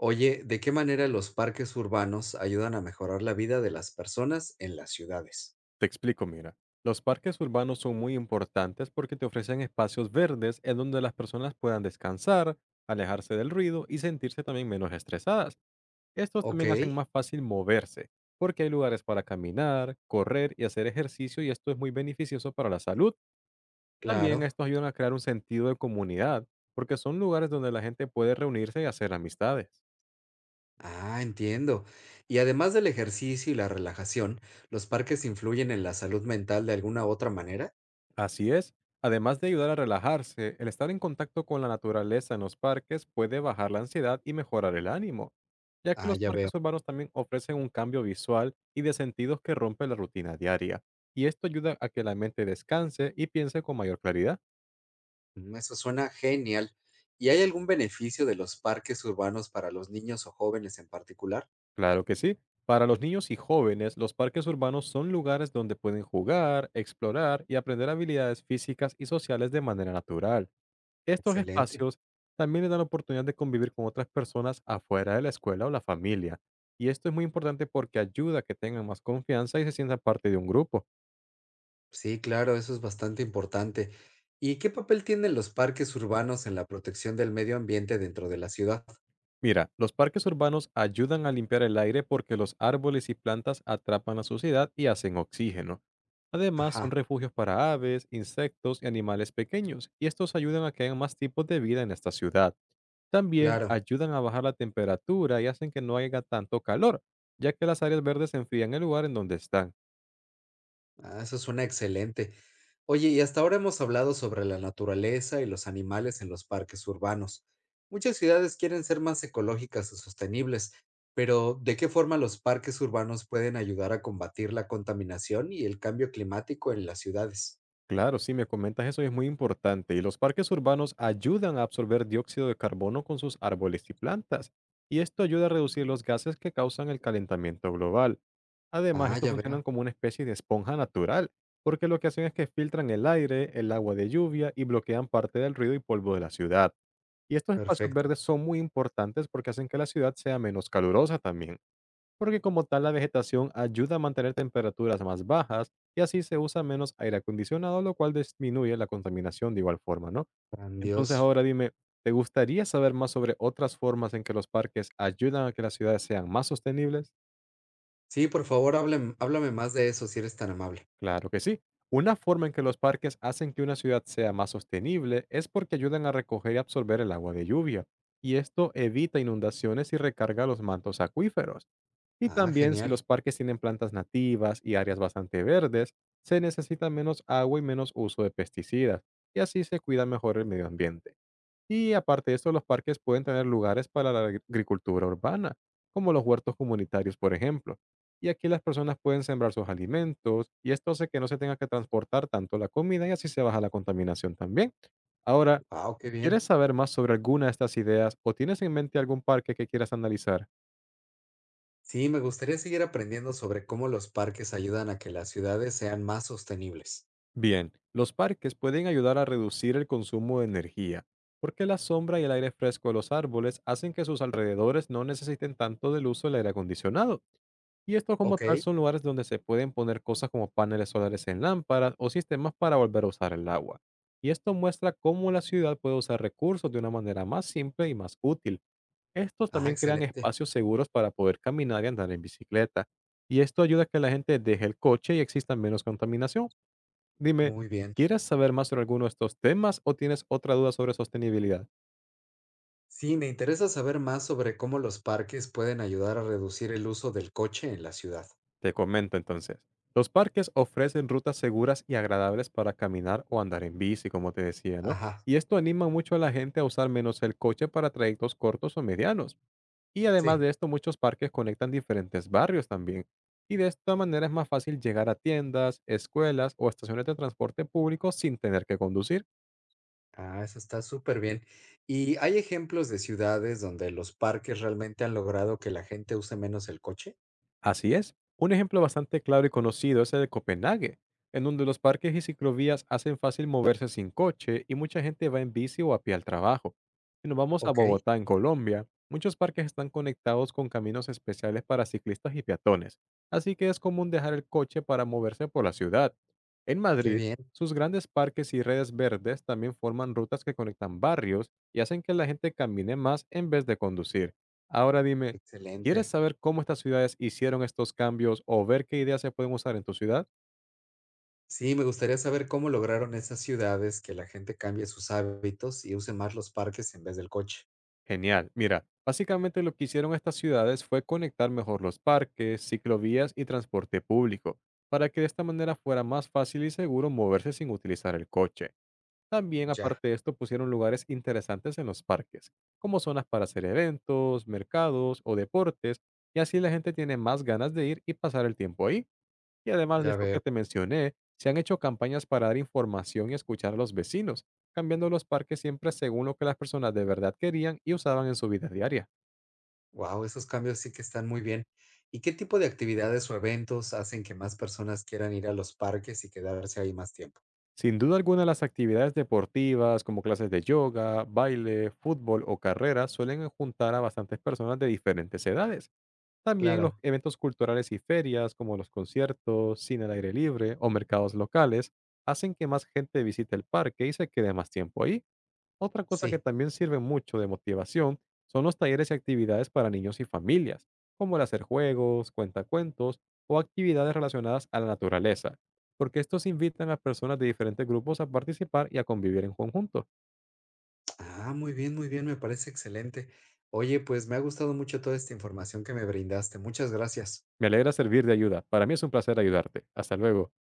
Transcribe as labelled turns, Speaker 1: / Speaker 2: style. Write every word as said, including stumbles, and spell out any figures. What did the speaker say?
Speaker 1: Oye, ¿de qué manera los parques urbanos ayudan a mejorar la vida de las personas en las ciudades?
Speaker 2: Te explico, mira. Los parques urbanos son muy importantes porque te ofrecen espacios verdes en donde las personas puedan descansar, alejarse del ruido y sentirse también menos estresadas. Estos
Speaker 1: Ok,
Speaker 2: también hacen más fácil moverse, porque hay lugares para caminar, correr y hacer ejercicio y esto es muy beneficioso para la salud. También
Speaker 1: claro.
Speaker 2: estos ayudan a crear un sentido de comunidad, porque son lugares donde la gente puede reunirse y hacer amistades.
Speaker 1: Ah, entiendo. Y además del ejercicio y la relajación, ¿los parques influyen en la salud mental de alguna otra manera?
Speaker 2: Así es. Además de ayudar a relajarse, el estar en contacto con la naturaleza en los parques puede bajar la ansiedad y mejorar el ánimo, ya que
Speaker 1: Ah,
Speaker 2: los
Speaker 1: ya veo.
Speaker 2: parques urbanos también ofrecen un cambio visual y de sentidos que rompe la rutina diaria. Y esto ayuda a que la mente descanse y piense con mayor claridad.
Speaker 1: Mm, eso suena genial. ¿Y hay algún beneficio de los parques urbanos para los niños o jóvenes en particular?
Speaker 2: Claro que sí. Para los niños y jóvenes, los parques urbanos son lugares donde pueden jugar, explorar y aprender habilidades físicas y sociales de manera natural. Estos
Speaker 1: Excelente.
Speaker 2: espacios también les dan la oportunidad de convivir con otras personas afuera de la escuela o la familia. Y esto es muy importante porque ayuda a que tengan más confianza y se sientan parte de un grupo.
Speaker 1: Sí, claro, eso es bastante importante. ¿Y qué papel tienen los parques urbanos en la protección del medio ambiente dentro de la ciudad?
Speaker 2: Mira, los parques urbanos ayudan a limpiar el aire porque los árboles y plantas atrapan la suciedad y hacen oxígeno. Además, son
Speaker 1: Ajá,
Speaker 2: refugios para aves, insectos y animales pequeños, y estos ayudan a que haya más tipos de vida en esta ciudad. También
Speaker 1: claro.
Speaker 2: ayudan a bajar la temperatura y hacen que no haya tanto calor, ya que las áreas verdes enfrían el lugar en donde están.
Speaker 1: Ah, eso suena excelente. Oye, y hasta ahora hemos hablado sobre la naturaleza y los animales en los parques urbanos. Muchas ciudades quieren ser más ecológicas y sostenibles, pero ¿de qué forma los parques urbanos pueden ayudar a combatir la contaminación y el cambio climático en las ciudades?
Speaker 2: Claro, sí, me comentas eso y es muy importante. Y los parques urbanos ayudan a absorber dióxido de carbono con sus árboles y plantas, y esto ayuda a reducir los gases que causan el calentamiento global. Además,
Speaker 1: Ah,
Speaker 2: estos
Speaker 1: ya veo.
Speaker 2: funcionan como una especie de esponja natural, porque lo que hacen es que filtran el aire, el agua de lluvia y bloquean parte del ruido y polvo de la ciudad. Y estos espacios verdes
Speaker 1: Perfecto.
Speaker 2: son muy importantes porque hacen que la ciudad sea menos calurosa también, porque como tal la vegetación ayuda a mantener temperaturas más bajas y así se usa menos aire acondicionado, lo cual disminuye la contaminación de igual forma, ¿no? Entonces
Speaker 1: Grandioso.
Speaker 2: ahora dime, ¿te gustaría saber más sobre otras formas en que los parques ayudan a que las ciudades sean más sostenibles?
Speaker 1: Sí, por favor, háblame, háblame más de eso si eres tan amable.
Speaker 2: Claro que sí. Una forma en que los parques hacen que una ciudad sea más sostenible es porque ayudan a recoger y absorber el agua de lluvia, y esto evita inundaciones y recarga los mantos acuíferos. Y
Speaker 1: Ah,
Speaker 2: también si los
Speaker 1: genial.
Speaker 2: parques tienen plantas nativas y áreas bastante verdes, se necesita menos agua y menos uso de pesticidas, y así se cuida mejor el medio ambiente. Y aparte de esto, los parques pueden tener lugares para la agri- agricultura urbana, como los huertos comunitarios, por ejemplo. Y aquí las personas pueden sembrar sus alimentos y esto hace que no se tenga que transportar tanto la comida y así se baja la contaminación también. Ahora,
Speaker 1: Wow, qué bien.
Speaker 2: ¿quieres saber más sobre alguna de estas ideas o tienes en mente algún parque que quieras analizar?
Speaker 1: Sí, me gustaría seguir aprendiendo sobre cómo los parques ayudan a que las ciudades sean más sostenibles.
Speaker 2: Bien, los parques pueden ayudar a reducir el consumo de energía, porque la sombra y el aire fresco de los árboles hacen que sus alrededores no necesiten tanto del uso del aire acondicionado. Y esto como
Speaker 1: Ok,
Speaker 2: tal son lugares donde se pueden poner cosas como paneles solares en lámparas o sistemas para volver a usar el agua. Y esto muestra cómo la ciudad puede usar recursos de una manera más simple y más útil. Estos
Speaker 1: ah,
Speaker 2: también crean
Speaker 1: excelente,
Speaker 2: espacios seguros para poder caminar y andar en bicicleta. Y esto ayuda a que la gente deje el coche y exista menos contaminación. Dime,
Speaker 1: muy bien.
Speaker 2: ¿quieres saber más sobre alguno de estos temas o tienes otra duda sobre sostenibilidad?
Speaker 1: Sí, me interesa saber más sobre cómo los parques pueden ayudar a reducir el uso del coche en la ciudad.
Speaker 2: Te comento entonces. Los parques ofrecen rutas seguras y agradables para caminar o andar en bici, como te decía, ¿no?
Speaker 1: Ajá,
Speaker 2: Y esto anima mucho a la gente a usar menos el coche para trayectos cortos o medianos. Y además
Speaker 1: sí,
Speaker 2: de esto, muchos parques conectan diferentes barrios también. Y de esta manera es más fácil llegar a tiendas, escuelas o estaciones de transporte público sin tener que conducir.
Speaker 1: ah, eso está súper bien. ¿Y hay ejemplos de ciudades donde los parques realmente han logrado que la gente use menos el coche?
Speaker 2: Así es. Un ejemplo bastante claro y conocido es el de Copenhague, en donde los parques y ciclovías hacen fácil moverse sin coche y mucha gente va en bici o a pie al trabajo. Si nos vamos a
Speaker 1: Ok,
Speaker 2: Bogotá, en Colombia, muchos parques están conectados con caminos especiales para ciclistas y peatones, así que es común dejar el coche para moverse por la ciudad. En
Speaker 1: qué
Speaker 2: Madrid,
Speaker 1: bien,
Speaker 2: sus grandes parques y redes verdes también forman rutas que conectan barrios y hacen que la gente camine más en vez de conducir. Ahora dime, ¿quieres
Speaker 1: excelente.
Speaker 2: saber cómo estas ciudades hicieron estos cambios o ver qué ideas se pueden usar en tu ciudad?
Speaker 1: Sí, me gustaría saber cómo lograron esas ciudades que la gente cambie sus hábitos y use más los parques en vez del coche.
Speaker 2: Genial. Mira, básicamente lo que hicieron estas ciudades fue conectar mejor los parques, ciclovías y transporte público, para que de esta manera fuera más fácil y seguro moverse sin utilizar el coche. También,
Speaker 1: Ya,
Speaker 2: aparte de esto, pusieron lugares interesantes en los parques, como zonas para hacer eventos, mercados o deportes, y así la gente tiene más ganas de ir y pasar el tiempo ahí. Y además de
Speaker 1: ya
Speaker 2: esto que
Speaker 1: veo.
Speaker 2: te mencioné, se han hecho campañas para dar información y escuchar a los vecinos, cambiando los parques siempre según lo que las personas de verdad querían y usaban en su vida diaria.
Speaker 1: Wow, esos cambios sí que están muy bien. ¿Y qué tipo de actividades o eventos hacen que más personas quieran ir a los parques y quedarse ahí más tiempo?
Speaker 2: Sin duda alguna, las actividades deportivas como clases de yoga, baile, fútbol o carreras suelen juntar a bastantes personas de diferentes edades. También los
Speaker 1: Claro,
Speaker 2: eventos culturales y ferias como los conciertos, cine al aire libre o mercados locales hacen que más gente visite el parque y se quede más tiempo ahí. Otra cosa que
Speaker 1: sí.
Speaker 2: también sirve mucho de motivación son los talleres y actividades para niños y familias, como el hacer juegos, cuentacuentos o actividades relacionadas a la naturaleza, porque estos invitan a personas de diferentes grupos a participar y a convivir en conjunto.
Speaker 1: Ah, muy bien, muy bien, me parece excelente. Oye, pues me ha gustado mucho toda esta información que me brindaste. Muchas gracias.
Speaker 2: Me alegra servir de ayuda. Para mí es un placer ayudarte. Hasta luego.